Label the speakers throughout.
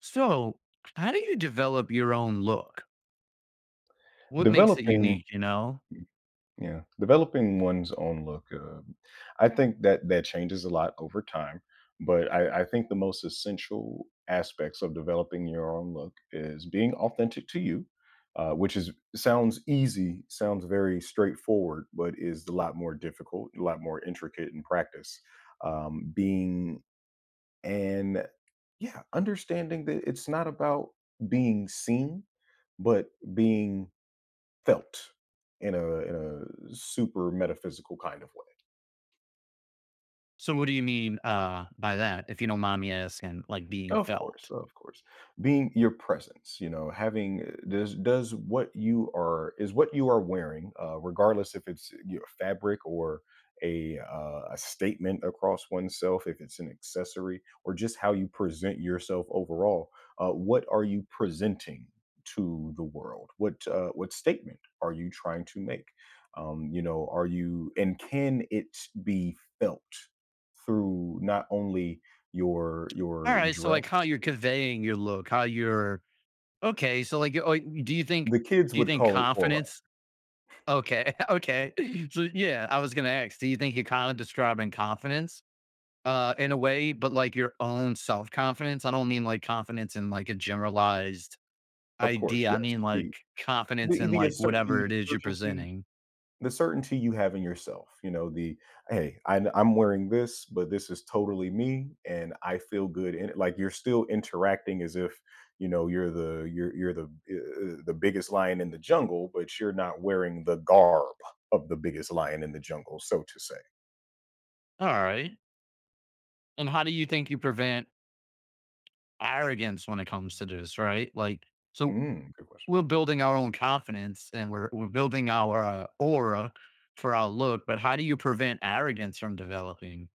Speaker 1: So, how do you develop your own look? What makes it
Speaker 2: Developing
Speaker 1: unique, you know?
Speaker 2: yeah, developing one's own look, I think that changes a lot over time, but I think the most essential aspects of developing your own look is being authentic to you, which is sounds easy, sounds very straightforward, but is a lot more difficult, a lot more intricate in practice. Um, being and yeah, Understanding that it's not about being seen, but being felt in a super metaphysical kind of way.
Speaker 1: So what do you mean by that, if you don't mind me asking, like being
Speaker 2: Of course,
Speaker 1: felt?
Speaker 2: of course. Being your presence, you know, having does what you are is what you are wearing, regardless if it's your fabric or a statement across oneself, if it's an accessory or just how you present yourself overall. What are you presenting to the world? What statement are you trying to make? You know, are you and can it be felt through not only your
Speaker 1: All
Speaker 2: your
Speaker 1: right. So
Speaker 2: dress.
Speaker 1: like how you're conveying your look, how you're okay. So like oh,
Speaker 2: The kids
Speaker 1: do you
Speaker 2: would
Speaker 1: think
Speaker 2: call it aura,
Speaker 1: confidence? Okay. Okay. So yeah, I was gonna ask, do you think you're kind of describing confidence? In a way, but like your own self confidence. I don't mean like confidence in like a generalized
Speaker 2: of course,
Speaker 1: idea, I
Speaker 2: yes.
Speaker 1: mean, like, confidence
Speaker 2: The
Speaker 1: in,
Speaker 2: the
Speaker 1: like,
Speaker 2: cer the
Speaker 1: whatever it is you're
Speaker 2: certainty
Speaker 1: presenting.
Speaker 2: the certainty you have in yourself, you know, "Hey, I'm wearing this, but this is totally me, and I feel good in it." Like, you're still interacting as if, you know, you're the biggest lion in the jungle, but you're not wearing the garb of the biggest lion in the jungle, so to say.
Speaker 1: Alright, and how do you think you prevent arrogance when it comes to this, right? Like, so
Speaker 2: Mm, good question.
Speaker 1: we're building our own confidence and we're building our, aura for our look, but how do you prevent arrogance from developing?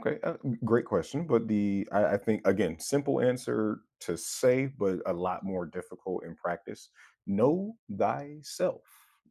Speaker 2: Okay, uh, Great question. But I think again, simple answer to say, but a lot more difficult in practice. Know thyself.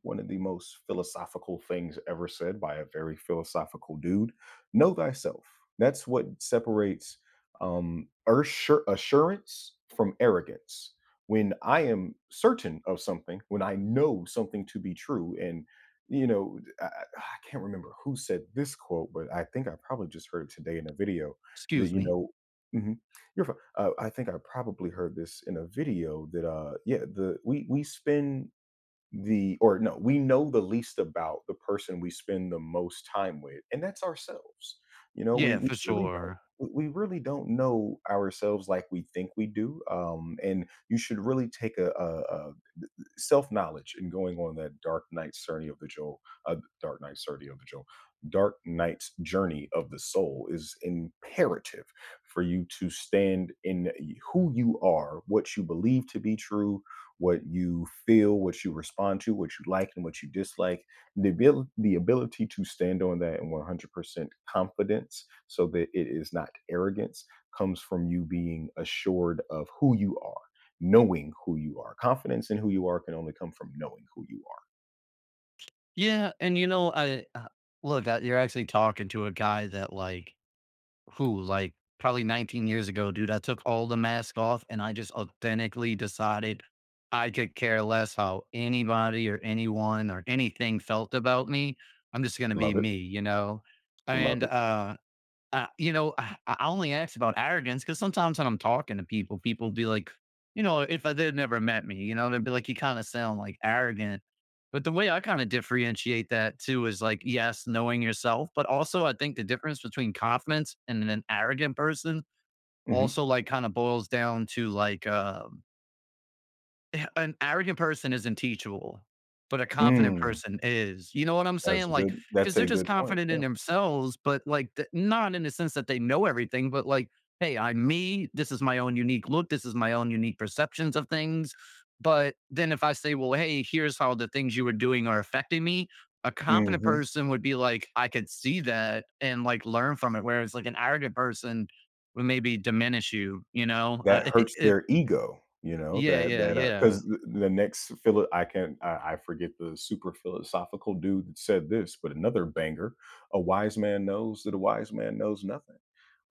Speaker 2: One of the most philosophical things ever said by a very philosophical dude. Know thyself. That's what separates assurance from arrogance. When I am certain of something, when I know something to be true, and you know, I can't remember who said this quote, but I think I probably just heard it today in a video that,
Speaker 1: Excuse
Speaker 2: you
Speaker 1: me.
Speaker 2: know, mhm, you're fine. I think I probably heard this in a video that, yeah, the we spend the or no, we know the least about the person we spend the most time with, and that's ourselves. You know, we
Speaker 1: Yeah,
Speaker 2: we
Speaker 1: for
Speaker 2: really don't
Speaker 1: sure.
Speaker 2: we really don't know ourselves like we think we do, and you should really take a self knowledge and going on that dark night's journey of the Joe, dark night's journey of the Joe, dark night's journey of the soul is imperative for you to stand in who you are, what you believe to be true, what you feel, what you respond to, what you like and what you dislike. The ability to stand on that in 100% confidence so that it is not arrogance comes from you being assured of who you are knowing who you are. Confidence in who you are can only come from knowing who you are.
Speaker 1: Yeah, and, you know, look, you're actually talking to a guy that, like, who like probably 19 years ago, dude, I took all the mask off and I just authentically decided I could care less how anybody or anyone or anything felt about me. I'm just going to be
Speaker 2: Love it.
Speaker 1: me, you know?
Speaker 2: Love
Speaker 1: And
Speaker 2: it.
Speaker 1: You know, I only asked about arrogance because sometimes when I'm talking to people, people be like, you know, if I would never met me, you know, they'd be like, you kind of sound like arrogant. But the way I kind of differentiate that too is like, yes, knowing yourself, but also I think the difference between confidence and an arrogant person
Speaker 2: Mhm.
Speaker 1: also like kind of boils down to like, an arrogant person isn't teachable, but a confident
Speaker 2: Mm,
Speaker 1: person is. You know what I'm
Speaker 2: that's
Speaker 1: saying?
Speaker 2: a
Speaker 1: Like,
Speaker 2: good
Speaker 1: because 'cause
Speaker 2: that's
Speaker 1: they're
Speaker 2: a
Speaker 1: just
Speaker 2: good point.
Speaker 1: confident
Speaker 2: Yeah.
Speaker 1: in themselves, but, like, th not in the sense that they know everything, but, like, "Hey, I'm me. This is my own unique look. This is my own unique perceptions of things." But then if I say, "Well, hey, here's how the things you were doing are affecting me," a confident
Speaker 2: Mhm.
Speaker 1: person would be like, "I could see that and, like, learn from it," whereas, like, an arrogant person would maybe diminish you, you know?
Speaker 2: That hurts
Speaker 1: It
Speaker 2: their ego, you know,
Speaker 1: yeah, yeah, yeah.
Speaker 2: 'cause the next philo I can I forget the super philosophical dude that said this, but another banger, "A wise man knows that a wise man knows nothing."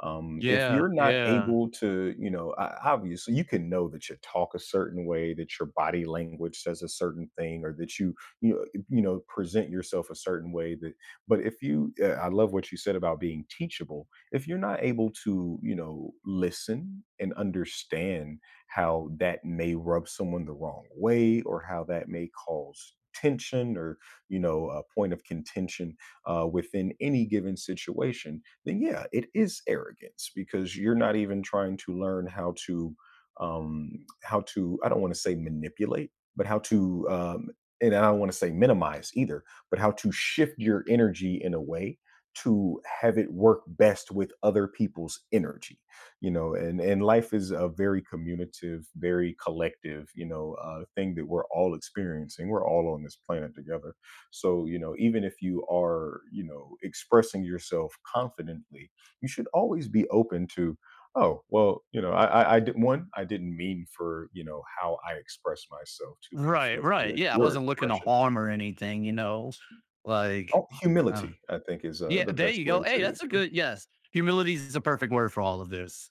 Speaker 2: If
Speaker 1: Yeah,
Speaker 2: you're not
Speaker 1: yeah.
Speaker 2: able to, you know, o obviously, you can know that you talk a certain way, that your body language says a certain thing, or that you present yourself a certain way that but if you I love what you said about being teachable if you're not able to you know listen and understand how that may rub someone the wrong way or how that may cause tension or you know a point of contention within any given situation then yeah it is arrogance because you're not even trying to learn um how to I don't want to say manipulate but how to and I don't want to say minimize either but how to shift your energy in a way to have it work best with other people's energy you know and life is a very communicative very collective you know thing that we're all experiencing we're all on this planet together so you know even if you are you know expressing yourself confidently you should always be open to oh well you know I did one I didn't mean for you know how I express myself to
Speaker 1: Right,
Speaker 2: conflict
Speaker 1: right.
Speaker 2: with
Speaker 1: Yeah, I
Speaker 2: your
Speaker 1: wasn't looking to
Speaker 2: expression
Speaker 1: harm or anything, you know? Like,
Speaker 2: oh,
Speaker 1: uh,
Speaker 2: humility I think is
Speaker 1: yeah,
Speaker 2: the
Speaker 1: there
Speaker 2: best
Speaker 1: you
Speaker 2: way
Speaker 1: go. Hey, that's a
Speaker 2: to.
Speaker 1: good yes. Humility is a perfect word for all of this.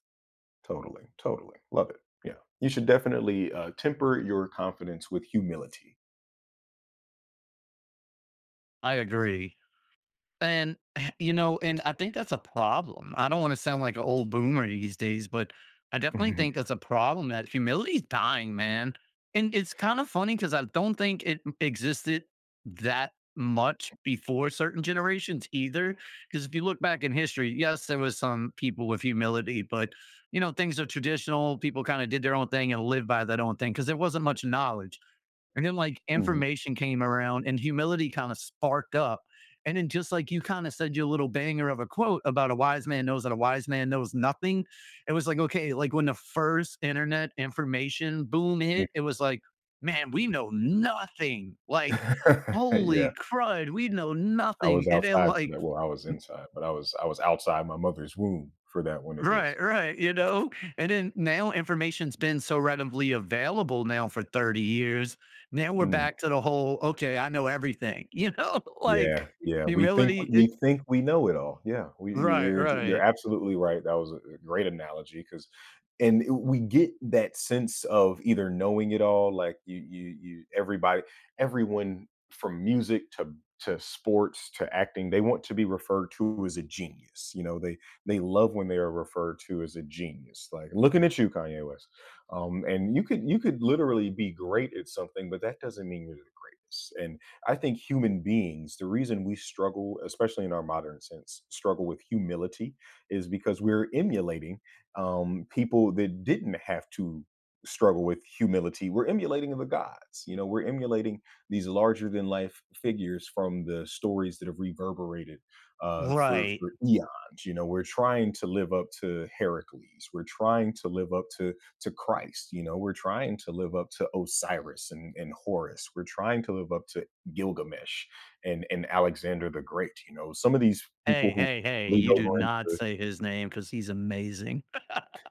Speaker 2: Totally, totally. Love it. Yeah. You should definitely, temper your confidence with humility.
Speaker 1: I agree. And, you know, and I think that's a problem. I don't want to sound like an old boomer these days, but I definitely
Speaker 2: Mhm.
Speaker 1: think that's a problem that humility's dying, man. And it's kind of funny because I don't think it existed that much before certain generations either. Because if you look back in history, yes, there was some people with humility, but you know, things are traditional. People kind of did their own thing and lived by their own thing because there wasn't much knowledge. And then like
Speaker 2: Mhm.
Speaker 1: information came around and humility kind of sparked up. And then just like you kind of said your little banger of a quote about a wise man knows that a wise man knows nothing. It was like, okay, like when the first internet information boom hit, it
Speaker 2: Mm.
Speaker 1: was like, man, we know nothing. Like,
Speaker 2: Yeah.
Speaker 1: holy crud, we know
Speaker 2: I
Speaker 1: nothing.
Speaker 2: was
Speaker 1: And then
Speaker 2: outside for
Speaker 1: like
Speaker 2: that well, I was inside, but I was outside my mother's womb for that one at least.
Speaker 1: right, right, you know? And then now information's been so readily available now for 30 years. Now we're
Speaker 2: Mm.
Speaker 1: back to the whole, "Okay, I know everything," you know?
Speaker 2: Yeah,
Speaker 1: Like,
Speaker 2: yeah, we think
Speaker 1: humility
Speaker 2: we
Speaker 1: it
Speaker 2: think we know it all. Yeah, we
Speaker 1: right,
Speaker 2: you're
Speaker 1: right,
Speaker 2: absolutely right. That was a great analogy, because, and it we get that sense of either knowing it all, like you everybody everyone from music to sports to acting, they want to be referred to as a genius, you know, they love when they are referred to as a genius, like, "Looking at you, Kanye West." And you could literally be great at something, but that doesn't mean you're the greatest, and I think human beings, the reason we struggle, especially in our modern sense, struggle with humility is because we're emulating people that didn't have to struggle with humility. We're emulating the gods. You know, we're emulating these larger than life figures from the stories that have reverberated
Speaker 1: right.
Speaker 2: for eons. You know, we're trying to live up to Heracles. We're trying to live up to Christ. You know, we're trying to live up to Osiris and Horus. We're trying to live up to Gilgamesh and Alexander the Great, you know, some of these people
Speaker 1: Hey,
Speaker 2: who
Speaker 1: hey, hey,
Speaker 2: lead
Speaker 1: you
Speaker 2: over
Speaker 1: do not
Speaker 2: into
Speaker 1: say his name because he's amazing.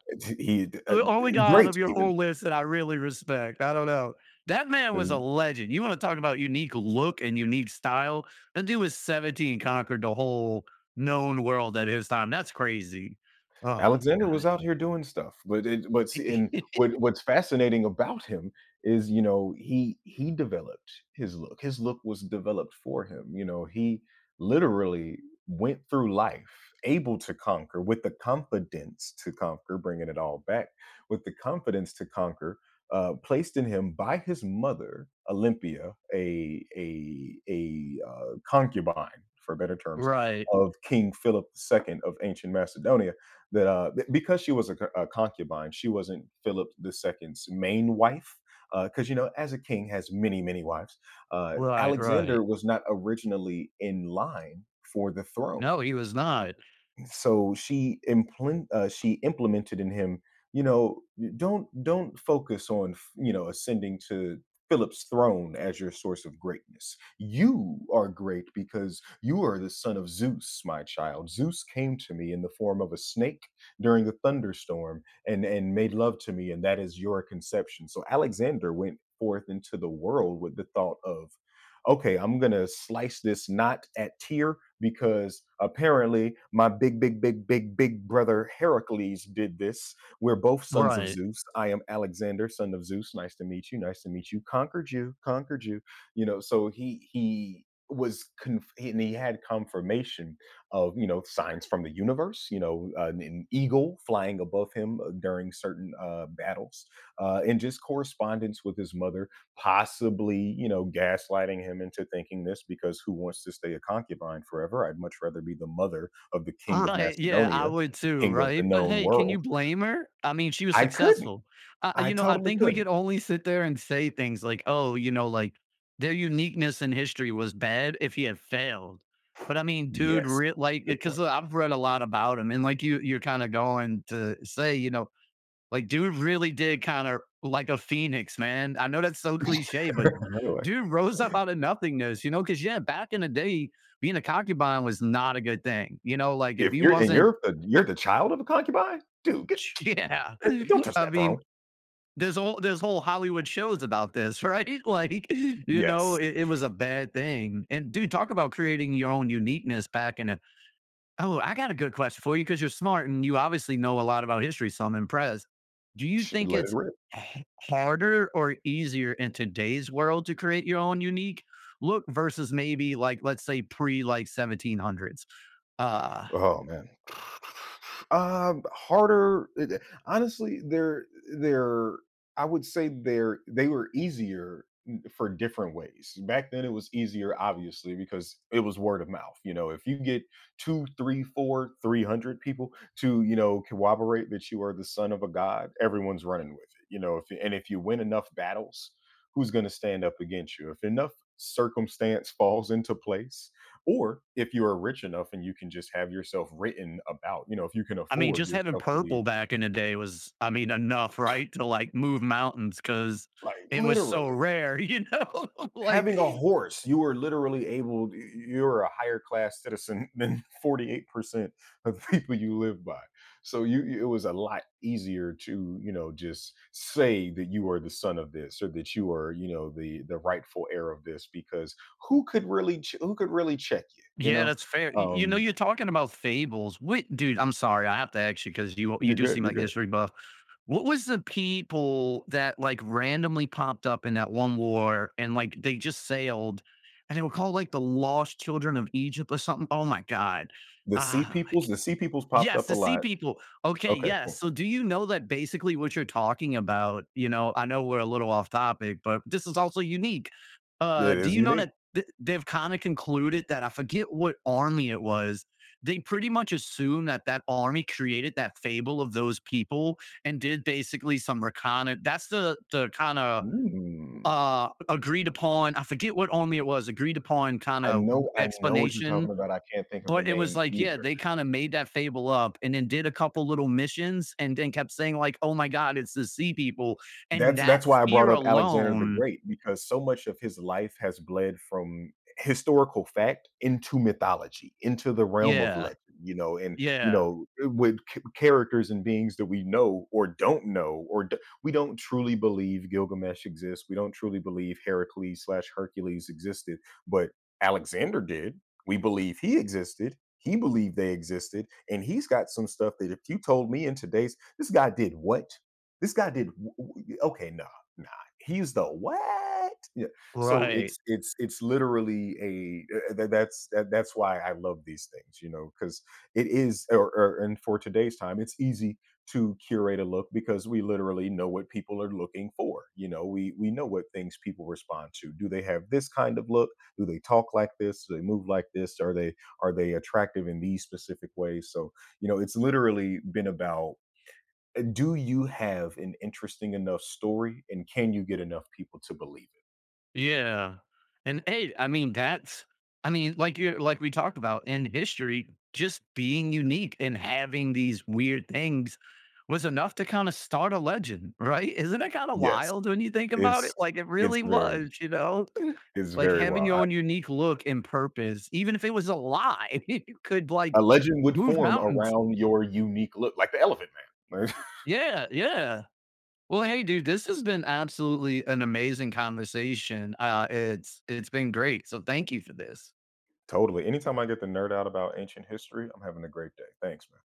Speaker 2: he, uh,
Speaker 1: The only guy out
Speaker 2: great
Speaker 1: of your
Speaker 2: even.
Speaker 1: whole list that I really respect. I don't know. That man was a legend. You want to talk about unique look and unique style? That dude was 17, and conquered the whole known world at his time. That's crazy. Oh,
Speaker 2: Alexander
Speaker 1: God.
Speaker 2: was out here doing stuff, but it but see, and what's fascinating about him is, you know, he developed his look. His look was developed for him. You know, he literally went through life able to conquer with the confidence to conquer, bringing it all back with the confidence to conquer, placed in him by his mother, Olympia, a concubine, for better terms,
Speaker 1: right,
Speaker 2: of King Philip II of ancient Macedonia because she was a concubine, she wasn't Philip II's main wife. Because you know, as a king has many, many wives.
Speaker 1: right,
Speaker 2: Alexander
Speaker 1: right.
Speaker 2: was not originally in line for the throne
Speaker 1: No, he was not.
Speaker 2: so she implemented in him you know don't focus on you know ascending to Philip's throne as your source of greatness. You are great because you are the son of Zeus, my child. Zeus came to me in the form of a snake during a thunderstorm and made love to me and that is your conception. So Alexander went forth into the world with the thought of okay, I'm going to slice this knot at tier because apparently my big, big, big, big, big brother Heracles did this. We're both sons of
Speaker 1: Right.
Speaker 2: Zeus. I am Alexander, son of Zeus. Nice to meet you. Nice to meet you. Conquered you. Conquered you. You know, so he and he had confirmation of you know signs from the universe. You know, an eagle flying above him during certain battles, and just correspondence with his mother possibly, you know, gaslighting him into thinking this because who wants to stay a concubine forever? I'd much rather be the mother of the king of
Speaker 1: Right, yeah,
Speaker 2: Macedonia,
Speaker 1: I would too,
Speaker 2: king of the
Speaker 1: right? But
Speaker 2: known
Speaker 1: hey, can you
Speaker 2: world.
Speaker 1: blame her? I mean, she was
Speaker 2: I couldn't.
Speaker 1: successful. I
Speaker 2: I
Speaker 1: You know, I
Speaker 2: totally
Speaker 1: think we could
Speaker 2: couldn't.
Speaker 1: only sit there and say things like, "Oh, you know, like their uniqueness in history was bad if he had failed." But I mean, dude,
Speaker 2: Yes.
Speaker 1: re- like,
Speaker 2: Good
Speaker 1: because
Speaker 2: point.
Speaker 1: I've read a lot about him, and like you, you're kind of going to say, you know, like, dude really did kind of like a phoenix, man. I know that's so cliche, but
Speaker 2: Anyway,
Speaker 1: dude rose up out of nothingness, you know? Because, yeah, back in the day, being a concubine was not a good thing. You know, like if
Speaker 2: if
Speaker 1: you
Speaker 2: you're and
Speaker 1: wasn't,
Speaker 2: you're the child of a concubine? Dude, get
Speaker 1: yeah,
Speaker 2: don't touch
Speaker 1: I
Speaker 2: that throne.
Speaker 1: mean, there's whole Hollywood shows about this, right? Like, you know,
Speaker 2: Yes.
Speaker 1: it was a bad thing. And dude, talk about creating your own uniqueness back in a oh, I got a good question for you because you're smart and you obviously know a lot about history, so I'm impressed. Do you
Speaker 2: Sh
Speaker 1: think
Speaker 2: let it
Speaker 1: it's
Speaker 2: rip.
Speaker 1: h- harder or easier in today's world to create your own unique look versus maybe like let's say pre like 1700s? Uh
Speaker 2: Oh man. Um, harder. it- eh, Honestly, they're they're. I would say they were easier for different ways. Back then, it was easier, obviously, because it was word of mouth. You know, if you get two, three, four, 300 people to you know corroborate that you are the son of a god, everyone's running with it. You know, if you win enough battles, who's going to stand up against you? If enough circumstance falls into place or if you are rich enough and you can just have yourself written about, you know, if you can
Speaker 1: I mean,
Speaker 2: afford
Speaker 1: just having
Speaker 2: yourself to be
Speaker 1: purple back in the day was, I mean, enough, right? To like move mountains because
Speaker 2: like
Speaker 1: it was so
Speaker 2: literally
Speaker 1: rare, you know? like,
Speaker 2: having a horse, you are literally able, you're a higher class citizen than 48% of the people you live by. So it was a lot easier to, you know, just say that you are the son of this or that you are, you know, the rightful heir of this, because who could really, who could really check you, you
Speaker 1: yeah,
Speaker 2: know?
Speaker 1: that's fair. Y- You know,
Speaker 2: Um,
Speaker 1: you're talking about fables. Wait, dude, I'm sorry. I have to ask you because you
Speaker 2: you're
Speaker 1: do
Speaker 2: good.
Speaker 1: seem
Speaker 2: You're
Speaker 1: like a
Speaker 2: good.
Speaker 1: history buff. What was the people that like randomly popped up in that one war and like they just sailed and they were called like the lost children of Egypt or something? Oh my God.
Speaker 2: The sea
Speaker 1: Ah,
Speaker 2: peoples, the sea peoples popped
Speaker 1: yes,
Speaker 2: up a
Speaker 1: to see
Speaker 2: lot.
Speaker 1: people. Okay,
Speaker 2: Okay,
Speaker 1: yes.
Speaker 2: cool.
Speaker 1: So do you know that basically what you're talking about, you know, I know we're a little off topic, but this is also unique.
Speaker 2: Yeah, it
Speaker 1: Do
Speaker 2: is
Speaker 1: you know
Speaker 2: unique.
Speaker 1: that th- they've kind of concluded that I forget what army it was. They pretty much assume that that army created that fable of those people and did basically some reconnaissance. That's the kind of
Speaker 2: Mm.
Speaker 1: agreed upon. I forget what army it was. Agreed upon kind of
Speaker 2: I know what you're
Speaker 1: explanation
Speaker 2: talking about, I can't think of the
Speaker 1: but it was
Speaker 2: name
Speaker 1: like, yeah,
Speaker 2: either.
Speaker 1: they kinda made that fable up and then did a couple little missions and then kept saying like, "Oh my god, it's the sea people," and that
Speaker 2: That's why I brought
Speaker 1: fear
Speaker 2: up Alexander the
Speaker 1: alone
Speaker 2: Great because so much of his life has bled from historical fact into mythology, into the realm of
Speaker 1: yeah,
Speaker 2: legend, you know, and you
Speaker 1: yeah,
Speaker 2: know, with characters and beings that we know or don't know, or we don't truly believe Gilgamesh exists. We don't truly believe Heracles slash Hercules existed, but Alexander did. We believe he existed. He believed they existed, and he's got some stuff that if you told me in today's this guy did what this guy did okay. Nah, nah. He's the what? Yeah. So it's
Speaker 1: right,
Speaker 2: it's it's literally a that's why I love these things, you know, because it is or and for today's time, it's easy to curate a look because we literally know what people are looking for. You know, we know what things people respond to. Do they have this kind of look? Do they talk like this? Do they move like this? Are they attractive in these specific ways? So you know, it's literally been about do you have an interesting enough story, and can you get enough people to believe it?
Speaker 1: yeah, and, hey, I mean, that's I mean, like you like we talked about in history, just being unique and having these weird things was enough to kinda start a legend, right? Isn't it kinda
Speaker 2: Yes,
Speaker 1: wild when you think about it?
Speaker 2: it's
Speaker 1: Like, it
Speaker 2: it's
Speaker 1: really
Speaker 2: very
Speaker 1: was, you know?
Speaker 2: it's
Speaker 1: Like,
Speaker 2: very
Speaker 1: having
Speaker 2: wild.
Speaker 1: your
Speaker 2: I
Speaker 1: own unique look and purpose, even if it was a lie, you could, like,
Speaker 2: A legend would
Speaker 1: move
Speaker 2: form
Speaker 1: mountains.
Speaker 2: around your unique look, like the Elephant Man.
Speaker 1: Yeah, yeah. Well, hey, dude, this has been absolutely an amazing conversation. It's been great. So thank you for this.
Speaker 2: Totally. Anytime I get the nerd out about ancient history, I'm having a great day. Thanks, man.